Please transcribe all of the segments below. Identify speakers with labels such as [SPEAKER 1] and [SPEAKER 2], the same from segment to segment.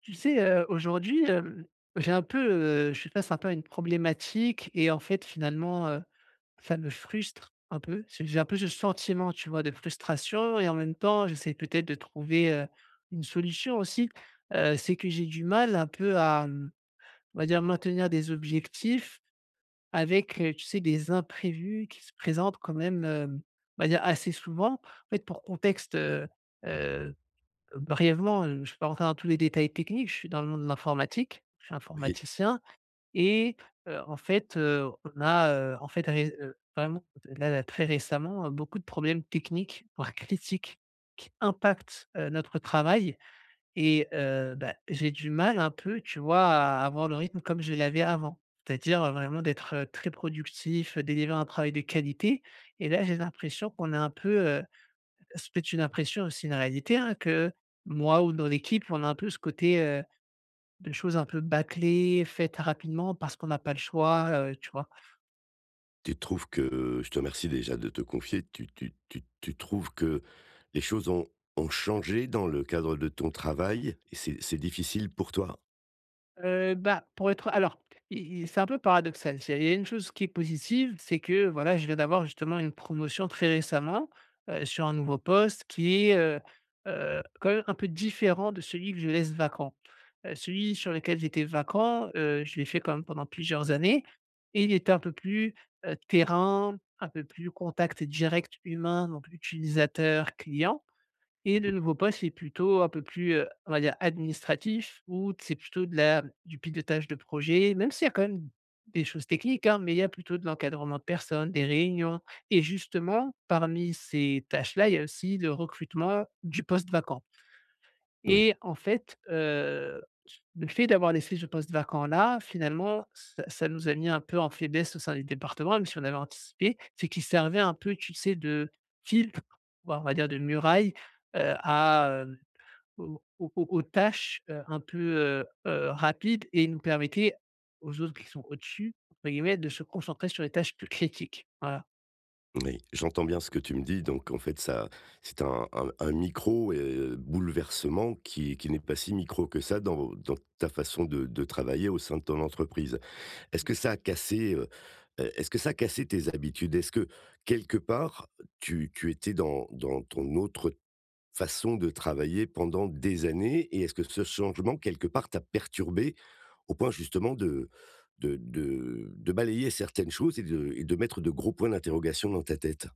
[SPEAKER 1] Aujourd'hui, j'ai un peu, je suis face un peu à une problématique et en fait, finalement, ça me frustre un peu. C'est j'ai un peu ce sentiment, tu vois, de frustration et en même temps, j'essaie peut-être de trouver, une solution aussi. C'est que j'ai du mal un peu à, on va dire, maintenir des objectifs avec, tu sais, des imprévus qui se présentent quand même, on va dire assez souvent. En fait, pour contexte, brièvement, je ne vais pas rentrer dans tous les détails techniques, je suis dans le monde de l'informatique, je suis
[SPEAKER 2] Et
[SPEAKER 1] informaticien et en fait, on a, en fait ré vraiment là très récemment, beaucoup de problèmes techniques, voire critiques qui impactent, notre travail et bah, j'ai du mal un peu, tu vois, à avoir le rythme comme je l'avais avant. C'est-à-dire, vraiment d'être, très productif, délivrer un travail de qualité et là, j'ai l'impression qu'on est un peu, c'était une impression, c'est une réalité, hein, que moi ou dans l'équipe, on a un peu ce côté, de choses un peu bâclées, faites rapidement parce qu'on n'a pas le choix, tu vois?
[SPEAKER 2] tu trouves que je te remercie déjà de te confier, tu trouves que les choses ont changé dans le cadre de ton travail et c'est difficile pour toi?
[SPEAKER 1] Bah, pour être alors, i i c'est un peu paradoxal. C'est il y a une chose qui est positive, c'est que, voilà, je viens d'avoir justement une promotion très récemment, sur un nouveau poste qui est, quand même un peu différent de celui que je laisse vacant. Celui sur lequel j'étais vacant, je l'ai fait quand même pendant plusieurs années et il était un peu plus, terrain, un peu plus contact direct humain, donc utilisateur, client et le
[SPEAKER 2] Mmh.
[SPEAKER 1] nouveau poste est plutôt un peu plus, on va dire administratif où c'est plutôt de la du pilotage de projet, même s'il y a quand même des choses techniques, hein, mais il y a plutôt de l'encadrement de personnes, des réunions et justement parmi ces tâches-là, il y a aussi le recrutement du poste vacant.
[SPEAKER 2] Oui,
[SPEAKER 1] Et en fait, le fait d'avoir laissé ce poste vacant-là, finalement, ça nous a mis un peu en faiblesse au sein du département, même si on avait anticipé. C'est qu'il servait un peu, tu sais, de filtre, voire on va dire de muraille, à, aux aux aux aux tâches, un peu, rapides et nous permettait aux autres qui sont «au-dessus» entre guillemets de se concentrer sur les tâches plus critiques. Voilà.
[SPEAKER 2] oui, j'entends bien ce que tu me dis, donc en fait ça, c'est un un micro, bouleversement qui n'est pas si micro que ça dans ta façon de travailler au sein de ton entreprise. Est-ce que ça a cassé, est-ce que ça a cassé tes habitudes? Est-ce que, quelque part, tu étais dans ton autre façon de travailler pendant des années, et est-ce que ce changement, quelque part, t'a perturbé au point justement de balayer certaines choses et de mettre de gros points d'interrogation dans ta tête?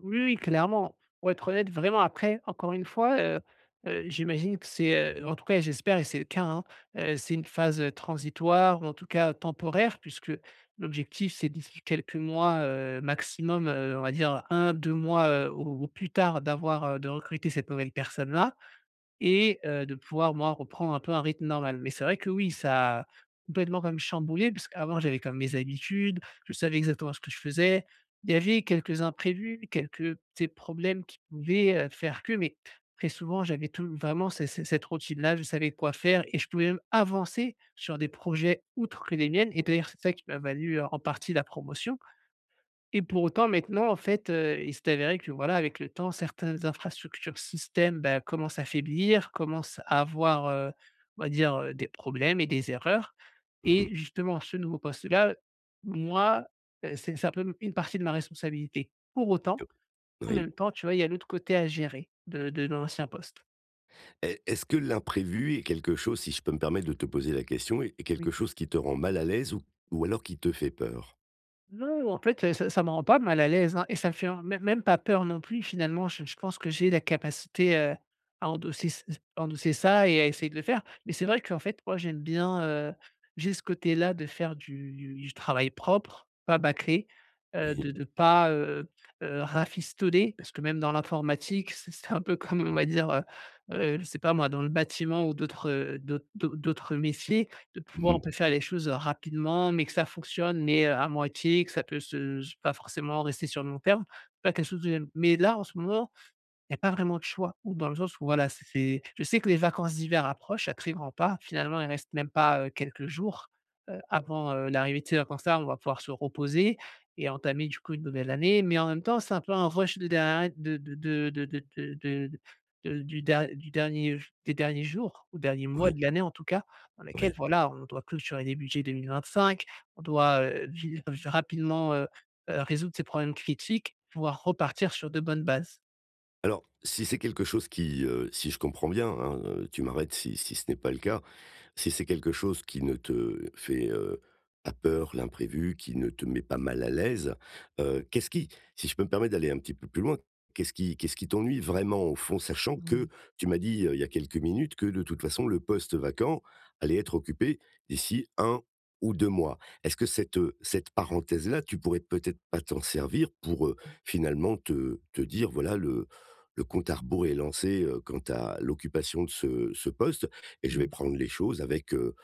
[SPEAKER 1] Oui, oui, clairement. Pour être honnête, vraiment, après, encore une fois, j'imagine que c'est, en tout cas, j'espère et c'est le cas, hein, c'est une phase, transitoire ou en tout cas temporaire puisque l'objectif, c'est d'ici quelques mois, maximum, on va dire 1, 2 mois, au plus tard d'avoir, de recruter cette nouvelle personne-là et de pouvoir moi reprendre un peu un rythme normal. Mais c'est vrai que oui, ça a complètement comme chamboulé parce qu'avant j'avais comme mes habitudes, je savais exactement ce que je faisais. Il y avait quelques imprévus, quelques petits problèmes qui pouvaient, faire que, mais très souvent j'avais tout vraiment c c cette routine-là, je savais quoi faire et je pouvais même avancer sur des projets outre que les miennes et d'ailleurs c'est ça qui m'a valu, en partie la promotion. Et pour autant, maintenant, en fait, il s'est avéré que, voilà, avec le temps, certaines infrastructures systèmes, bah, commencent à faiblir, commencent à avoir, on va dire, des problèmes et des erreurs
[SPEAKER 2] Mmh.
[SPEAKER 1] et justement, ce nouveau poste-là, moi, c'est un peu une partie de ma responsabilité. Pour autant, en
[SPEAKER 2] Oui.
[SPEAKER 1] même temps, tu vois, il y a l'autre côté à gérer de l'ancien poste.
[SPEAKER 2] Est est-ce que l'imprévu est quelque chose, si je peux me permettre de te poser la question, est est quelque chose qui te rend mal à l'aise, ou alors qui te fait peur?
[SPEAKER 1] Non, en fait, ça me rend pas mal à l'aise, hein et ça me fait même pas peur non plus finalement. Je pense que j'ai la capacité, à endosser ç endosser ça et à essayer de le faire. Mais c'est vrai qu'en fait, moi, j'aime bien, j'ai ce côté-là de faire du travail propre, pas bâclé,
[SPEAKER 2] Oui.
[SPEAKER 1] de ne pas, rafistoler. Parce que même dans l'informatique, c'est un peu comme, on va dire, je sais pas moi, dans le bâtiment ou d'autres, d'autres métiers de pouvoir
[SPEAKER 2] Mmh.
[SPEAKER 1] on peut faire les choses, rapidement, mais que ça fonctionne, mais, à moitié, que ça peut se pas forcément rester sur le long terme. Pas quelque chose de mais là, en ce moment, il n'y a pas vraiment de choix ou dans le sens où voilà, c'est je sais que les vacances d'hiver approchent à très grands pas. Finalement, il reste même pas, quelques jours, avant, l'arrivée de ces vacances-là. On va pouvoir se reposer et entamer du coup une nouvelle année, mais en même temps, c'est un peu un rush de derrière de du der du dernier des derniers jours ou derniers mois
[SPEAKER 2] Oui,
[SPEAKER 1] de l'année en tout cas, dans lesquels
[SPEAKER 2] oui.
[SPEAKER 1] voilà, on doit clôturer les budgets 2025, on doit, vi rapidement, résoudre ces problèmes critiques, pouvoir repartir sur de bonnes bases.
[SPEAKER 2] Alors, si c'est quelque chose qui, si je comprends bien, hein, tu m'arrêtes si si ce n'est pas le cas. Si c'est quelque chose qui ne te fait, pas peur, l'imprévu, qui ne te met pas mal à l'aise, qu'est-ce qui, si je peux me permettre d'aller un petit peu plus loin, qu'est-ce qui t'ennuie vraiment au fond? Sachant que
[SPEAKER 1] Mmh.
[SPEAKER 2] tu m'as dit, il y a quelques minutes, que de toute façon le poste vacant allait être occupé d'ici un ou 2 mois. Est-ce que cette, cette parenthèse là, tu pourrais peut-être pas t'en servir pour,
[SPEAKER 1] Mmh
[SPEAKER 2] finalement te dire voilà, le compte à rebours est lancé, quant à l'occupation de ce ce poste? Et je vais
[SPEAKER 1] mmh.
[SPEAKER 2] prendre les choses avec,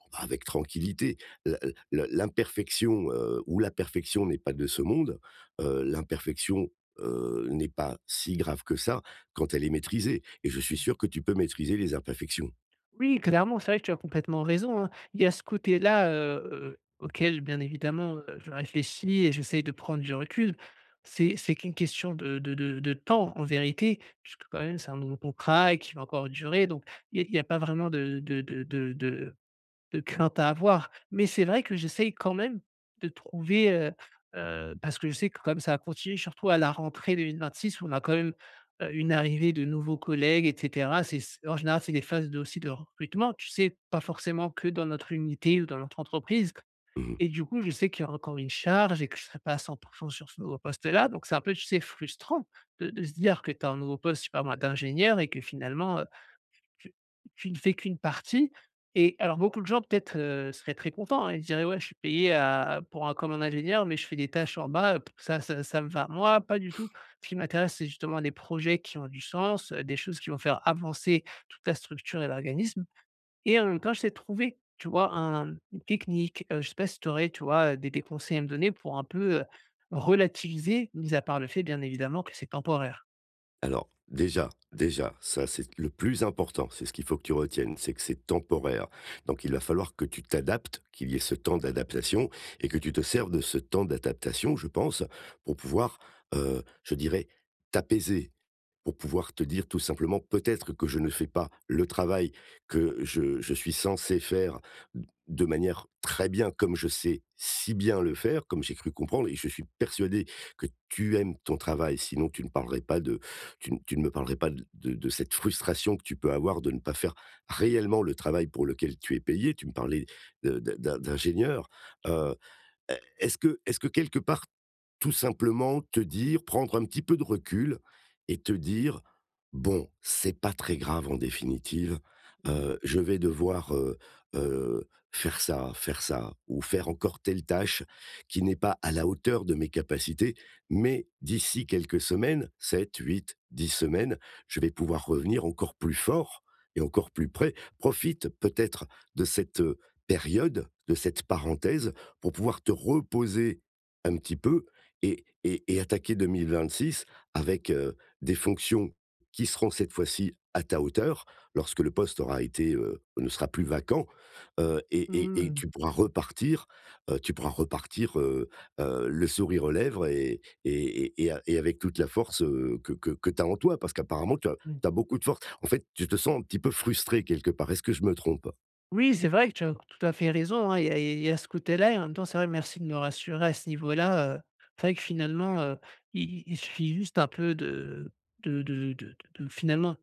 [SPEAKER 2] oh bah, avec tranquillité. L L'imperfection, ou la perfection n'est pas de ce monde, l'imperfection, n'est pas si grave que ça quand elle est maîtrisée, et je suis sûr que tu peux maîtriser les imperfections.
[SPEAKER 1] Oui, clairement, c'est vrai que tu as complètement raison, hein. Il y a ce côté-là, auquel bien évidemment, je réfléchis et j'essaye de prendre du recul. C'est qu'une question de temps en vérité, puisque quand même c'est un nouveau contrat et qui va encore durer donc il n'y a il y a pas vraiment de de crainte à avoir. Mais c'est vrai que j'essaye quand même de trouver, parce que je sais que comme ça va continuer, surtout à la rentrée 2026 où on a quand même, une arrivée de nouveaux collègues et cetera. C'est c En général, c'est des phases de aussi de recrutement, tu sais? Pas forcément que dans notre unité ou dans notre entreprise
[SPEAKER 2] Mmh.
[SPEAKER 1] et du coup, je sais qu'il y a encore une charge et que je ne serai pas à 100% sur ce nouveau poste-là. Donc c'est un peu, tu sais, frustrant de se dire que tu as un nouveau poste, je sais pas moi, d'ingénieur et que finalement, tu tu ne fais qu'une partie et alors beaucoup de gens peut-être, seraient très contents, hein. Ils diraient: «Ouais, je suis payé à pour un comme un ingénieur, mais je fais des tâches en bas, ça me va». Moi, pas du tout. Ce qui m'intéresse, c'est justement des projets qui ont du sens, des choses qui vont faire avancer toute la structure et l'organisme et en même temps, j'essaie de trouver, tu vois, un une technique, je ne sais pas si tu aurais, tu vois, des conseils à me donner pour un peu, relativiser, mis à part le fait, bien évidemment, que c'est temporaire?
[SPEAKER 2] Alors, déjà, déjà, ça, c'est le plus important, c'est ce qu'il faut que tu retiennes, c'est que c'est temporaire. Donc il va falloir que tu t'adaptes, qu'il y ait ce temps d'adaptation, et que tu te serves de ce temps d'adaptation, je pense, pour pouvoir, je dirais, t'apaiser, pour pouvoir te dire tout simplement peut-être que je ne fais pas le travail que je suis censé faire de manière très bien, comme je sais si bien le faire, comme j'ai cru comprendre, et je suis persuadé que tu aimes ton travail, sinon tu ne parlerais pas tu ne me parlerais pas de cette frustration que tu peux avoir de ne pas faire réellement le travail pour lequel tu es payé. Tu me parlais d'ingénieur. Euh, Est-ce que, est-ce que quelque part tout simplement te dire, prendre un petit peu de recul et te dire: «Bon, c'est pas très grave en définitive,
[SPEAKER 1] Mmh mh.
[SPEAKER 2] je vais devoir, heu, faire ça, faire ça, ou faire encore telle tâche qui n'est pas à la hauteur de mes capacités, mais d'ici quelques semaines, sept huit dix semaines, je vais pouvoir revenir encore plus fort et encore plus près». Profite peut-être de cette, période, de cette parenthèse pour pouvoir te reposer un petit peu et et attaquer 2026 avec, des fonctions qui seront cette fois-ci à ta hauteur, lorsque le poste aura été, ne sera plus vacant, et et
[SPEAKER 1] Mmh.
[SPEAKER 2] tu pourras repartir, le sourire aux lèvres et a et avec toute la force, que que tu as en toi. Parce qu'apparemment tu as tu beaucoup de force. En fait, tu te sens un petit peu frustré quelque part. Est-ce que je me trompe?
[SPEAKER 1] Oui, c'est vrai que tu as tout à fait raison, hein. Il y a ce côté-là et en même temps, c'est vrai, merci de me rassurer à ce niveau-là. C'est vrai que finalement, il suffit juste un peu de finalement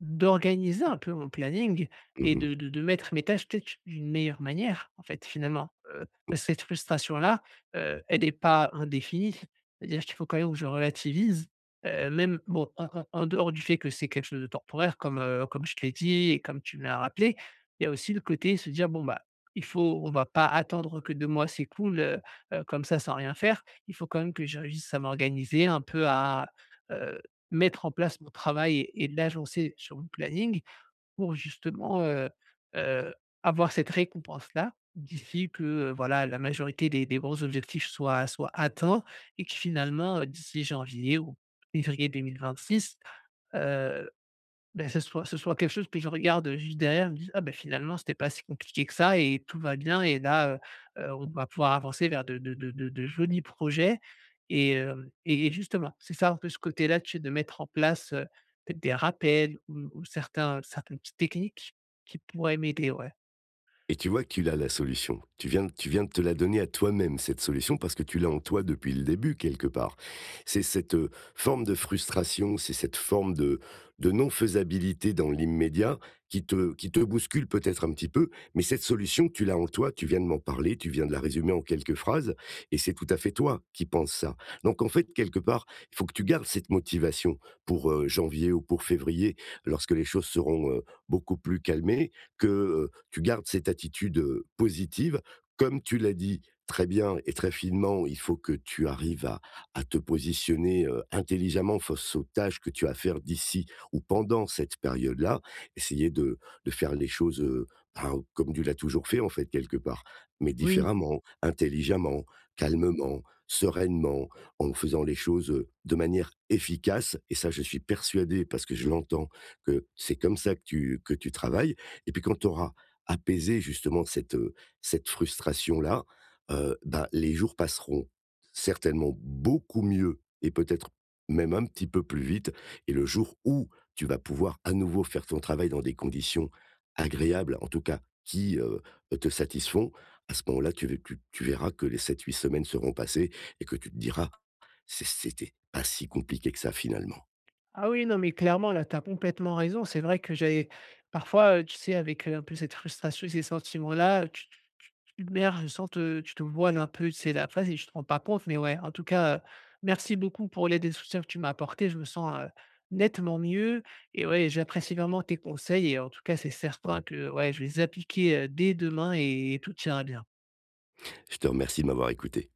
[SPEAKER 1] d'organiser un peu mon planning et
[SPEAKER 2] Mmh.
[SPEAKER 1] de mettre mes tâches peut-être d'une meilleure manière, en fait, finalement. Cette frustration-là, elle n'est pas indéfinie. C'est-à-dire qu'il faut quand même que je relativise, même bon, en dehors du fait que c'est quelque chose de temporaire comme, comme je te l'ai dit et comme tu me l'as rappelé, il y a aussi le côté se dire: «Bon, bah, il faut on va pas attendre que 2 mois s'écoulent, comme ça sans rien faire». Il faut quand même que je réussisse à m'organiser un peu à, heu mettre en place mon travail et l'agencer sur mon planning pour justement, heu, avoir cette récompense-là d'ici que, voilà, la majorité des gros objectifs soient soient atteints et que finalement, d'ici janvier ou février 2026, heu ben ce soit quelque chose que je regarde juste derrière, je me dis: «Ah ben finalement, c'était pas si compliqué que ça et tout va bien et là, on va pouvoir avancer vers de jolis projets» et hem et justement, c'est ça un peu ce côté-là, tu sais, de mettre en place, peut-être des rappels ou certains certaines petites techniques qui pourraient m'aider, ouais.
[SPEAKER 2] Et tu vois que tu l'as, la solution. Tu viens de te la donner à toi-même, cette solution, parce que tu l'as en toi depuis le début, quelque part. C'est cette, forme de frustration, c'est cette forme de non faisabilité dans l'immédiat qui te bouscule peut-être un petit peu, mais cette solution, tu l'as en toi, tu viens de m'en parler, tu viens de la résumer en quelques phrases, et c'est tout à fait toi qui penses ça. Donc en fait, quelque part, il faut que tu gardes cette motivation pour, janvier ou pour février, lorsque les choses seront, beaucoup plus calmées, que, tu gardes cette attitude positive. Comme tu l'as dit très bien et très finement, il faut que tu arrives à te positionner intelligemment face aux tâches que tu as à faire d'ici ou pendant cette période-là. Essayer de faire les choses ben, comme tu l'as toujours fait, en fait, quelque part, mais
[SPEAKER 1] Oui.
[SPEAKER 2] différemment, intelligemment,
[SPEAKER 1] Mmh.
[SPEAKER 2] calmement, sereinement, en faisant les choses de manière efficace. Et ça, je suis persuadé, parce que je l'entends, que c'est comme ça que que tu travailles. Et puis, quand tu auras apaiser justement cette, cette frustration-là, bah, les jours passeront certainement beaucoup mieux et peut-être même un petit peu plus vite, et le jour où tu vas pouvoir à nouveau faire ton travail dans des conditions agréables, en tout cas qui, te satisfont, à ce moment-là, tu ve tu tu verras que les sept huit semaines seront passées et que tu te diras: «C'est c'était pas si compliqué que ça finalement».
[SPEAKER 1] Ah oui, non, mais clairement, là, tu as complètement raison. C'est vrai que j'avais parfois, tu sais, avec, un peu cette frustration et ces sentiments-là, tu te merges sans te tu te voiles un peu, c'est la phrase et tu te rends pas compte, mais ouais, en tout cas, merci beaucoup pour l'aide et le soutien que tu m'as apporté. Je me sens, nettement mieux et ouais, j'apprécie vraiment tes conseils et en tout cas, c'est certain que, ouais, je vais les appliquer, dès demain et tout ira bien.
[SPEAKER 2] Je te remercie de m'avoir écouté.